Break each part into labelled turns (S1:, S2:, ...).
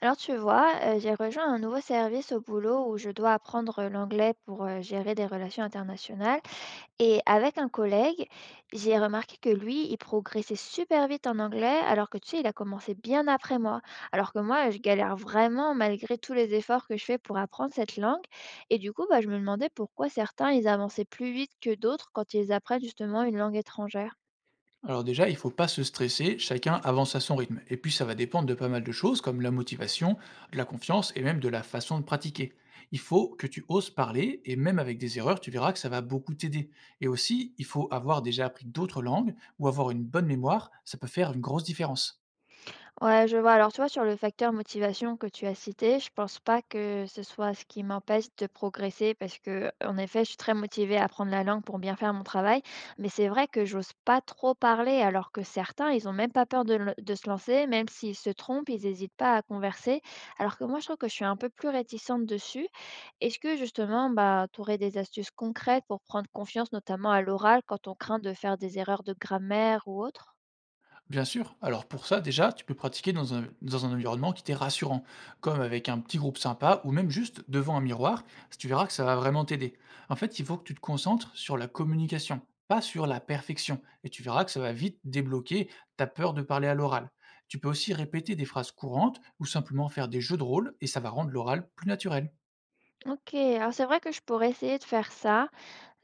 S1: Alors tu vois, j'ai rejoint un nouveau service au boulot où je dois apprendre l'anglais pour, gérer des relations internationales et avec un collègue, j'ai remarqué que lui, il progressait super vite en anglais alors que tu sais, il a commencé bien après moi. Alors que moi, je galère vraiment malgré tous les efforts que je fais pour apprendre cette langue et du coup, bah, je me demandais pourquoi certains, ils avançaient plus vite que d'autres quand ils apprennent justement une langue étrangère?
S2: Alors déjà, il ne faut pas se stresser, chacun avance à son rythme. Et puis ça va dépendre de pas mal de choses comme la motivation, de la confiance et même de la façon de pratiquer. Il faut que tu oses parler et même avec des erreurs, tu verras que ça va beaucoup t'aider. Et aussi, il faut avoir déjà appris d'autres langues ou avoir une bonne mémoire, ça peut faire une grosse différence.
S1: Ouais, je vois. Alors, tu vois, sur le facteur motivation que tu as cité, je pense pas que ce soit ce qui m'empêche de progresser parce que, en effet, je suis très motivée à apprendre la langue pour bien faire mon travail. Mais c'est vrai que j'ose pas trop parler alors que certains, ils ont même pas peur de, de se lancer, même s'ils se trompent, ils hésitent pas à converser. Alors que moi, je trouve que je suis un peu plus réticente dessus. Est-ce que justement, bah, tu aurais des astuces concrètes pour prendre confiance, notamment à l'oral, quand on craint de faire des erreurs de grammaire ou autre?
S2: Bien sûr. Alors pour ça, déjà, tu peux pratiquer dans un environnement qui t'est rassurant, comme avec un petit groupe sympa ou même juste devant un miroir. Si Tu verras que ça va vraiment t'aider. En fait, il faut que tu te concentres sur la communication, pas sur la perfection. Et tu verras que ça va vite débloquer ta peur de parler à l'oral. Tu peux aussi répéter des phrases courantes ou simplement faire des jeux de rôle et ça va rendre l'oral plus naturel.
S1: OK, alors c'est vrai que je pourrais essayer de faire ça,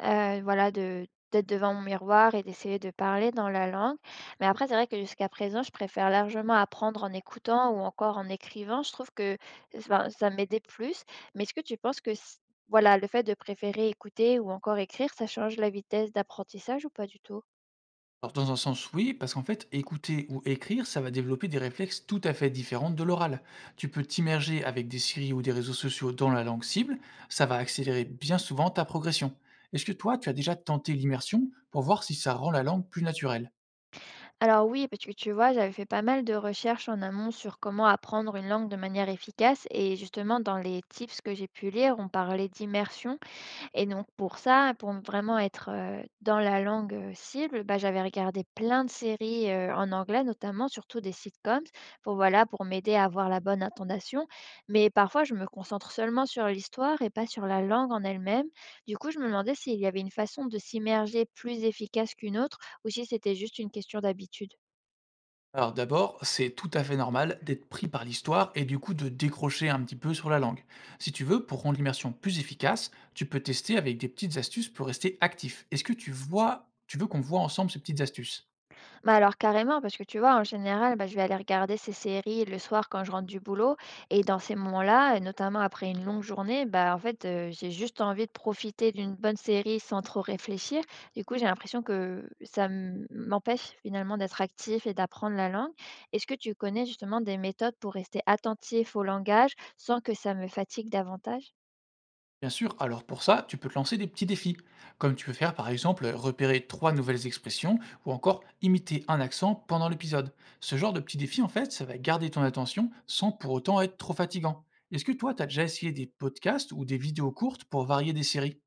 S1: voilà, de d'être devant mon miroir et d'essayer de parler dans la langue. Mais après, c'est vrai que jusqu'à présent, je préfère largement apprendre en écoutant ou encore en écrivant. Je trouve que, enfin, ça m'aidait plus. Mais est-ce que tu penses que c voilà, le fait de préférer écouter ou encore écrire, ça change la vitesse d'apprentissage ou pas du tout?
S2: Alors, dans un sens, oui, parce qu'en fait, écouter ou écrire, ça va développer des réflexes tout à fait différents de l'oral. Tu peux t'immerger avec des séries ou des réseaux sociaux dans la langue cible, ça va accélérer bien souvent ta progression. Est-ce que toi, tu as déjà tenté l'immersion pour voir si ça rend la langue plus naturelle?
S1: Alors oui, parce que tu vois, j'avais fait pas mal de recherches en amont sur comment apprendre une langue de manière efficace et justement dans les tips que j'ai pu lire, on parlait d'immersion. Et donc pour ça, pour vraiment être, dans la langue, cible, bah, j'avais regardé plein de séries, en anglais notamment, surtout des sitcoms pour voilà, pour m'aider à avoir la bonne intonation. Mais parfois, je me concentre seulement sur l'histoire et pas sur la langue en elle-même. Du coup, je me demandais s'il y avait une façon de s'immerger plus efficace qu'une autre ou si c'était juste une question d'habitude?
S2: Alors d'abord, c'est tout à fait normal d'être pris par l'histoire et du coup de décrocher un petit peu sur la langue. Si tu veux, pour rendre l'immersion plus efficace, tu peux tester avec des petites astuces pour rester actif. Est-ce que tu vois, tu veux qu'on voit ensemble ces petites astuces?
S1: Bah, alors carrément, parce que tu vois, en général, bah, je vais aller regarder ces séries le soir quand je rentre du boulot. Et dans ces moments-là, et notamment après une longue journée, bah, en fait, j'ai juste envie de profiter d'une bonne série sans trop réfléchir. Du coup, j'ai l'impression que m'empêche finalement d'être actif et d'apprendre la langue. Est-ce que tu connais justement des méthodes pour rester attentif au langage sans que ça me fatigue davantage?
S2: Bien sûr, alors pour ça, tu peux te lancer des petits défis, comme tu peux faire par exemple repérer trois nouvelles expressions ou encore imiter un accent pendant l'épisode. Ce genre de petits défis, en fait, ça va garder ton attention sans pour autant être trop fatigant. Est-ce que toi, tu as déjà essayé des podcasts ou des vidéos courtes pour varier des séries?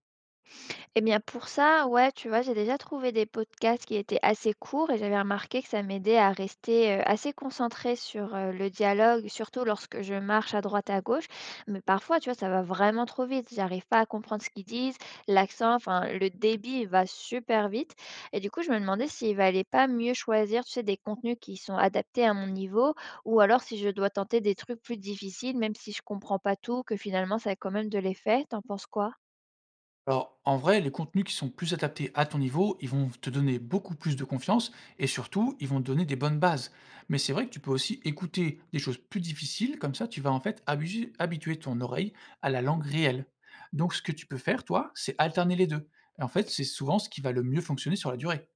S1: Eh bien, pour ça, ouais, tu vois, j'ai déjà trouvé des podcasts qui étaient assez courts et j'avais remarqué que ça m'aidait à rester assez concentrée sur le dialogue, surtout lorsque je marche à droite à gauche. Mais parfois, tu vois, ça va vraiment trop vite. J'arrive pas à comprendre ce qu'ils disent, l'accent, enfin, le débit il va super vite. Et du coup, je me demandais s'il valait pas mieux choisir, tu sais, des contenus qui sont adaptés à mon niveau ou alors si je dois tenter des trucs plus difficiles, même si je comprends pas tout, que finalement, ça a quand même de l'effet. T'en penses quoi?
S2: Alors, en vrai, les contenus qui sont plus adaptés à ton niveau, ils vont te donner beaucoup plus de confiance et surtout, ils vont te donner des bonnes bases. Mais c'est vrai que tu peux aussi écouter des choses plus difficiles, comme ça, tu vas en fait habituer ton oreille à la langue réelle. Donc, ce que tu peux faire, toi, c'est alterner les deux. Et en fait, c'est souvent ce qui va le mieux fonctionner sur la durée.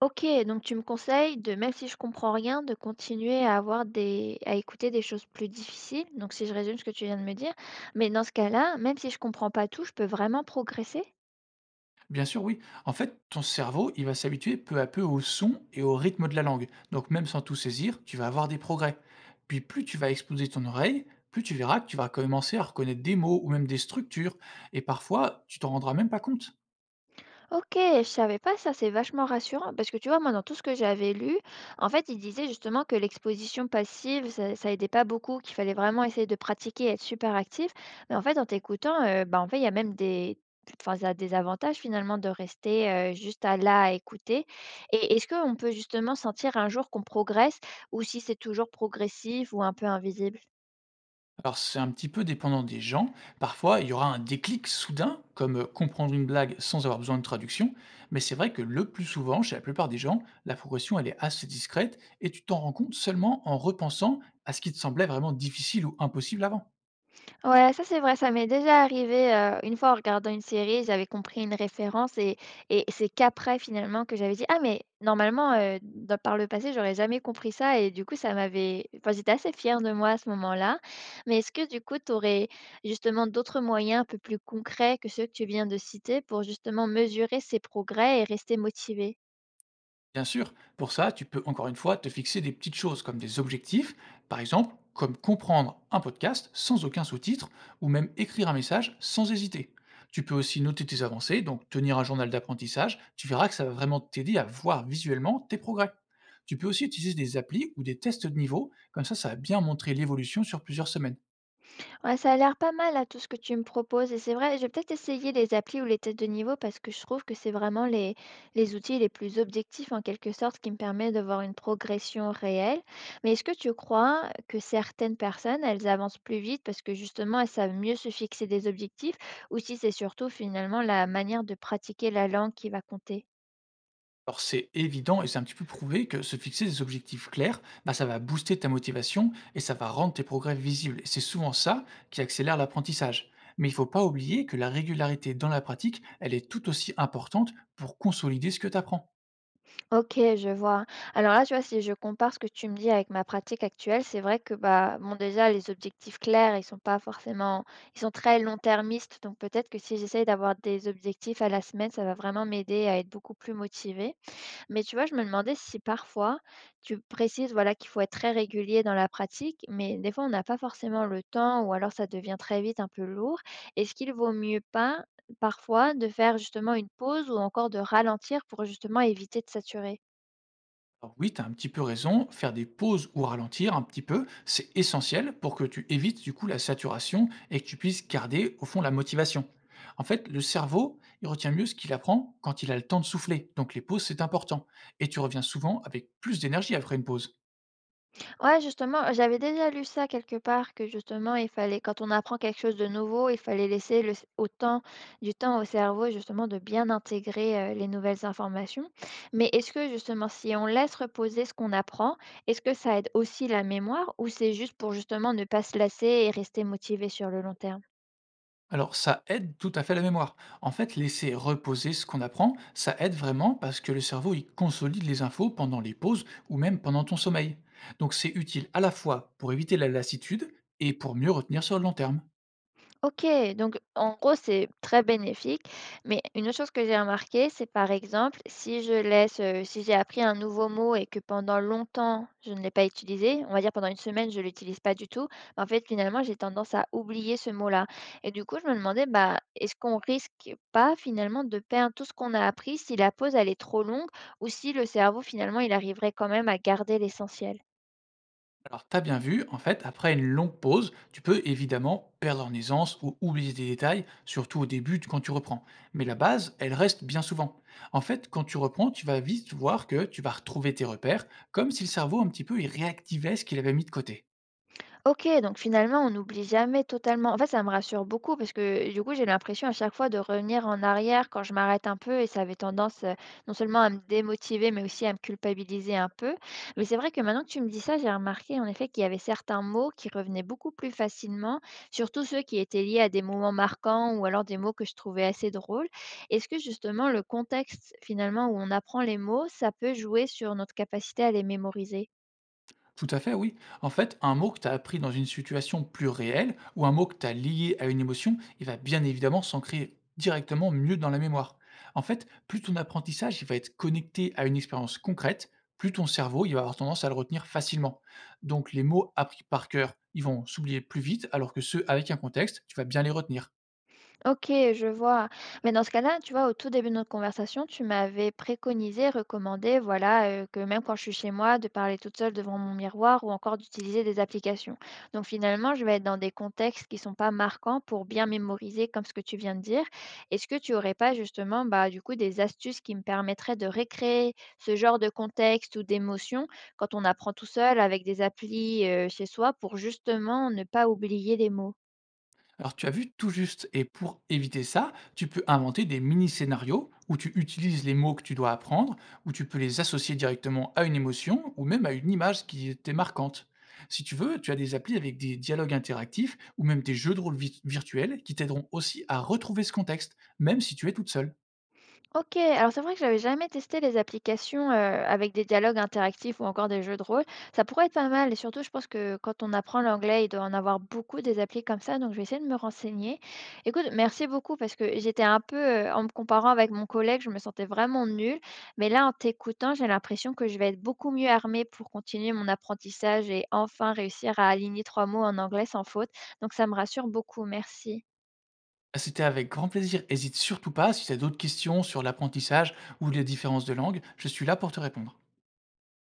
S1: OK, donc tu me conseilles de, même si je comprends rien, de continuer à avoir des à écouter des choses plus difficiles, donc si je résume ce que tu viens de me dire, mais dans ce cas-là, même si je comprends pas tout, je peux vraiment progresser?
S2: Bien sûr, oui. En fait, ton cerveau, il va s'habituer peu à peu au son et au rythme de la langue. Donc même sans tout saisir, tu vas avoir des progrès. Puis plus tu vas exposer ton oreille, plus tu verras que tu vas commencer à reconnaître des mots ou même des structures. Et parfois, tu t'en rendras même pas compte.
S1: OK, je savais pas ça, c'est vachement rassurant parce que tu vois, moi, dans tout ce que j'avais lu, en fait, il disait justement que l'exposition passive, ça aidait pas beaucoup, qu'il fallait vraiment essayer de pratiquer, et être super actif. Mais en fait, en t'écoutant, bah, en fait, il y a même des, enfin, ça a des avantages finalement de rester juste à là à écouter. Et est-ce qu'on peut justement sentir un jour qu'on progresse ou si c'est toujours progressif ou un peu invisible?
S2: Alors, c'est un petit peu dépendant des gens. Parfois, il y aura un déclic soudain, comme comprendre une blague sans avoir besoin de traduction. Mais c'est vrai que le plus souvent, chez la plupart des gens, la progression, elle est assez discrète et tu t'en rends compte seulement en repensant à ce qui te semblait vraiment difficile ou impossible avant.
S1: Ouais, ça c'est vrai, ça m'est déjà arrivé, une fois en regardant une série, j'avais compris une référence et c'est qu'après finalement que j'avais dit: «Ah mais normalement, dans par le passé, j'aurais jamais compris ça» et du coup ça m'avait enfin j'étais assez fière de moi à ce moment-là. Mais est-ce que du coup tu aurais justement d'autres moyens un peu plus concrets que ceux que tu viens de citer pour justement mesurer ses progrès et rester motivé?
S2: Bien sûr, pour ça, tu peux encore une fois te fixer des petites choses comme des objectifs, par exemple comme comprendre un podcast sans aucun sous-titre ou même écrire un message sans hésiter. Tu peux aussi noter tes avancées, donc tenir un journal d'apprentissage, tu verras que ça va vraiment t'aider à voir visuellement tes progrès. Tu peux aussi utiliser des applis ou des tests de niveau, comme ça ça va bien montrer l'évolution sur plusieurs semaines.
S1: Ouais, ça a l'air pas mal, à tout ce que tu me proposes et c'est vrai, je vais peut-être essayer les applis ou les tests de niveau parce que je trouve que c'est vraiment les outils les plus objectifs, en quelque sorte, qui me permettent de voir une progression réelle. Mais est-ce que tu crois que certaines personnes, elles avancent plus vite parce que justement, elles savent mieux se fixer des objectifs ou si c'est surtout finalement la manière de pratiquer la langue qui va compter?
S2: Alors c'est évident et c'est un petit peu prouvé que se fixer des objectifs clairs, bah, ça va booster ta motivation et ça va rendre tes progrès visibles. Et c'est souvent ça qui accélère l'apprentissage. Mais il ne faut pas oublier que la régularité dans la pratique, elle est tout aussi importante pour consolider ce que tu apprends.
S1: OK, je vois. Alors là, tu vois, si je compare ce que tu me dis avec ma pratique actuelle, c'est vrai que bah, bon, déjà, les objectifs clairs, ils sont pas forcément, ils sont très long-termistes. Donc peut-être que si j'essaye d'avoir des objectifs à la semaine, ça va vraiment m'aider à être beaucoup plus motivée. Mais tu vois, je me demandais si parfois, tu précises voilà qu'il faut être très régulier dans la pratique, mais des fois, on n'a pas forcément le temps ou alors ça devient très vite un peu lourd. Est-ce qu'il vaut mieux pas parfois de faire justement une pause ou encore de ralentir pour justement éviter de saturer?
S2: Alors oui, tu as un petit peu raison, faire des pauses ou ralentir un petit peu, c'est essentiel pour que tu évites du coup la saturation et que tu puisses garder au fond la motivation. En fait, le cerveau, il retient mieux ce qu'il apprend quand il a le temps de souffler. Donc les pauses, c'est important. Et tu reviens souvent avec plus d'énergie après une pause.
S1: Ouais, justement, j'avais déjà lu ça quelque part que justement, il fallait, quand on apprend quelque chose de nouveau, il fallait laisser autant du temps au cerveau justement de bien intégrer les nouvelles informations. Mais est-ce que justement, si on laisse reposer ce qu'on apprend, est-ce que ça aide aussi la mémoire ou c'est juste pour justement ne pas se lasser et rester motivé sur le long terme?
S2: Alors ça aide tout à fait la mémoire. En fait, laisser reposer ce qu'on apprend, ça aide vraiment parce que le cerveau, il consolide les infos pendant les pauses ou même pendant ton sommeil. Donc c'est utile à la fois pour éviter la lassitude et pour mieux retenir sur le long terme.
S1: OK, donc en gros, c'est très bénéfique. Mais une autre chose que j'ai remarquée, c'est par exemple, si je laisse, si j'ai appris un nouveau mot et que pendant longtemps, je ne l'ai pas utilisé, on va dire pendant une semaine, je ne l'utilise pas du tout, bah, en fait, finalement, j'ai tendance à oublier ce mot-là. Et du coup, je me demandais, bah, est-ce qu'on risque pas finalement de perdre tout ce qu'on a appris si la pause, elle est trop longue ou si le cerveau, finalement, il arriverait quand même à garder l'essentiel?
S2: Alors t'as bien vu, en fait, après une longue pause, tu peux évidemment perdre en aisance ou oublier des détails, surtout au début quand tu reprends. Mais la base, elle reste bien souvent. En fait, quand tu reprends, tu vas vite voir que tu vas retrouver tes repères, comme si le cerveau un petit peu il réactivait ce qu'il avait mis de côté.
S1: OK, donc finalement, on n'oublie jamais totalement. En fait, ça me rassure beaucoup parce que du coup, j'ai l'impression à chaque fois de revenir en arrière quand je m'arrête un peu et ça avait tendance non seulement à me démotiver, mais aussi à me culpabiliser un peu. Mais c'est vrai que maintenant que tu me dis ça, j'ai remarqué en effet qu'il y avait certains mots qui revenaient beaucoup plus facilement, surtout ceux qui étaient liés à des moments marquants ou alors des mots que je trouvais assez drôles. Est-ce que justement le contexte finalement où on apprend les mots, ça peut jouer sur notre capacité à les mémoriser?
S2: Tout à fait, oui. En fait, un mot que tu as appris dans une situation plus réelle ou un mot que tu as lié à une émotion, il va bien évidemment s'ancrer directement mieux dans la mémoire. En fait, plus ton apprentissage il va être connecté à une expérience concrète, plus ton cerveau il va avoir tendance à le retenir facilement. Donc les mots appris par cœur, ils vont s'oublier plus vite, alors que ceux avec un contexte, tu vas bien les retenir.
S1: OK, je vois. Mais dans ce cas-là, tu vois, au tout début de notre conversation, tu m'avais préconisé, recommandé, voilà, que même quand je suis chez moi, de parler toute seule devant mon miroir ou encore d'utiliser des applications. Donc finalement, je vais être dans des contextes qui sont pas marquants pour bien mémoriser comme ce que tu viens de dire. Est-ce que tu aurais pas justement, bah, du coup, des astuces qui me permettraient de récréer ce genre de contexte ou d'émotion quand on apprend tout seul avec des applis, chez soi pour justement ne pas oublier les mots?
S2: Alors tu as vu tout juste, et pour éviter ça, tu peux inventer des mini-scénarios où tu utilises les mots que tu dois apprendre, où tu peux les associer directement à une émotion ou même à une image qui était marquante. Si tu veux, tu as des applis avec des dialogues interactifs ou même des jeux de rôle virtuels qui t'aideront aussi à retrouver ce contexte, même si tu es toute seule.
S1: OK, alors c'est vrai que j'avais jamais testé les applications, avec des dialogues interactifs ou encore des jeux de rôle. Ça pourrait être pas mal et surtout je pense que quand on apprend l'anglais, il doit en avoir beaucoup des applis comme ça, donc je vais essayer de me renseigner. Écoute, merci beaucoup parce que j'étais un peu, en me comparant avec mon collègue, je me sentais vraiment nulle, mais là en t'écoutant, j'ai l'impression que je vais être beaucoup mieux armée pour continuer mon apprentissage et enfin réussir à aligner 3 mots en anglais sans faute, donc ça me rassure beaucoup, merci.
S2: Ah, c'était avec grand plaisir. Hésite surtout pas si tu as d'autres questions sur l'apprentissage ou les différences de langue, je suis là pour te répondre.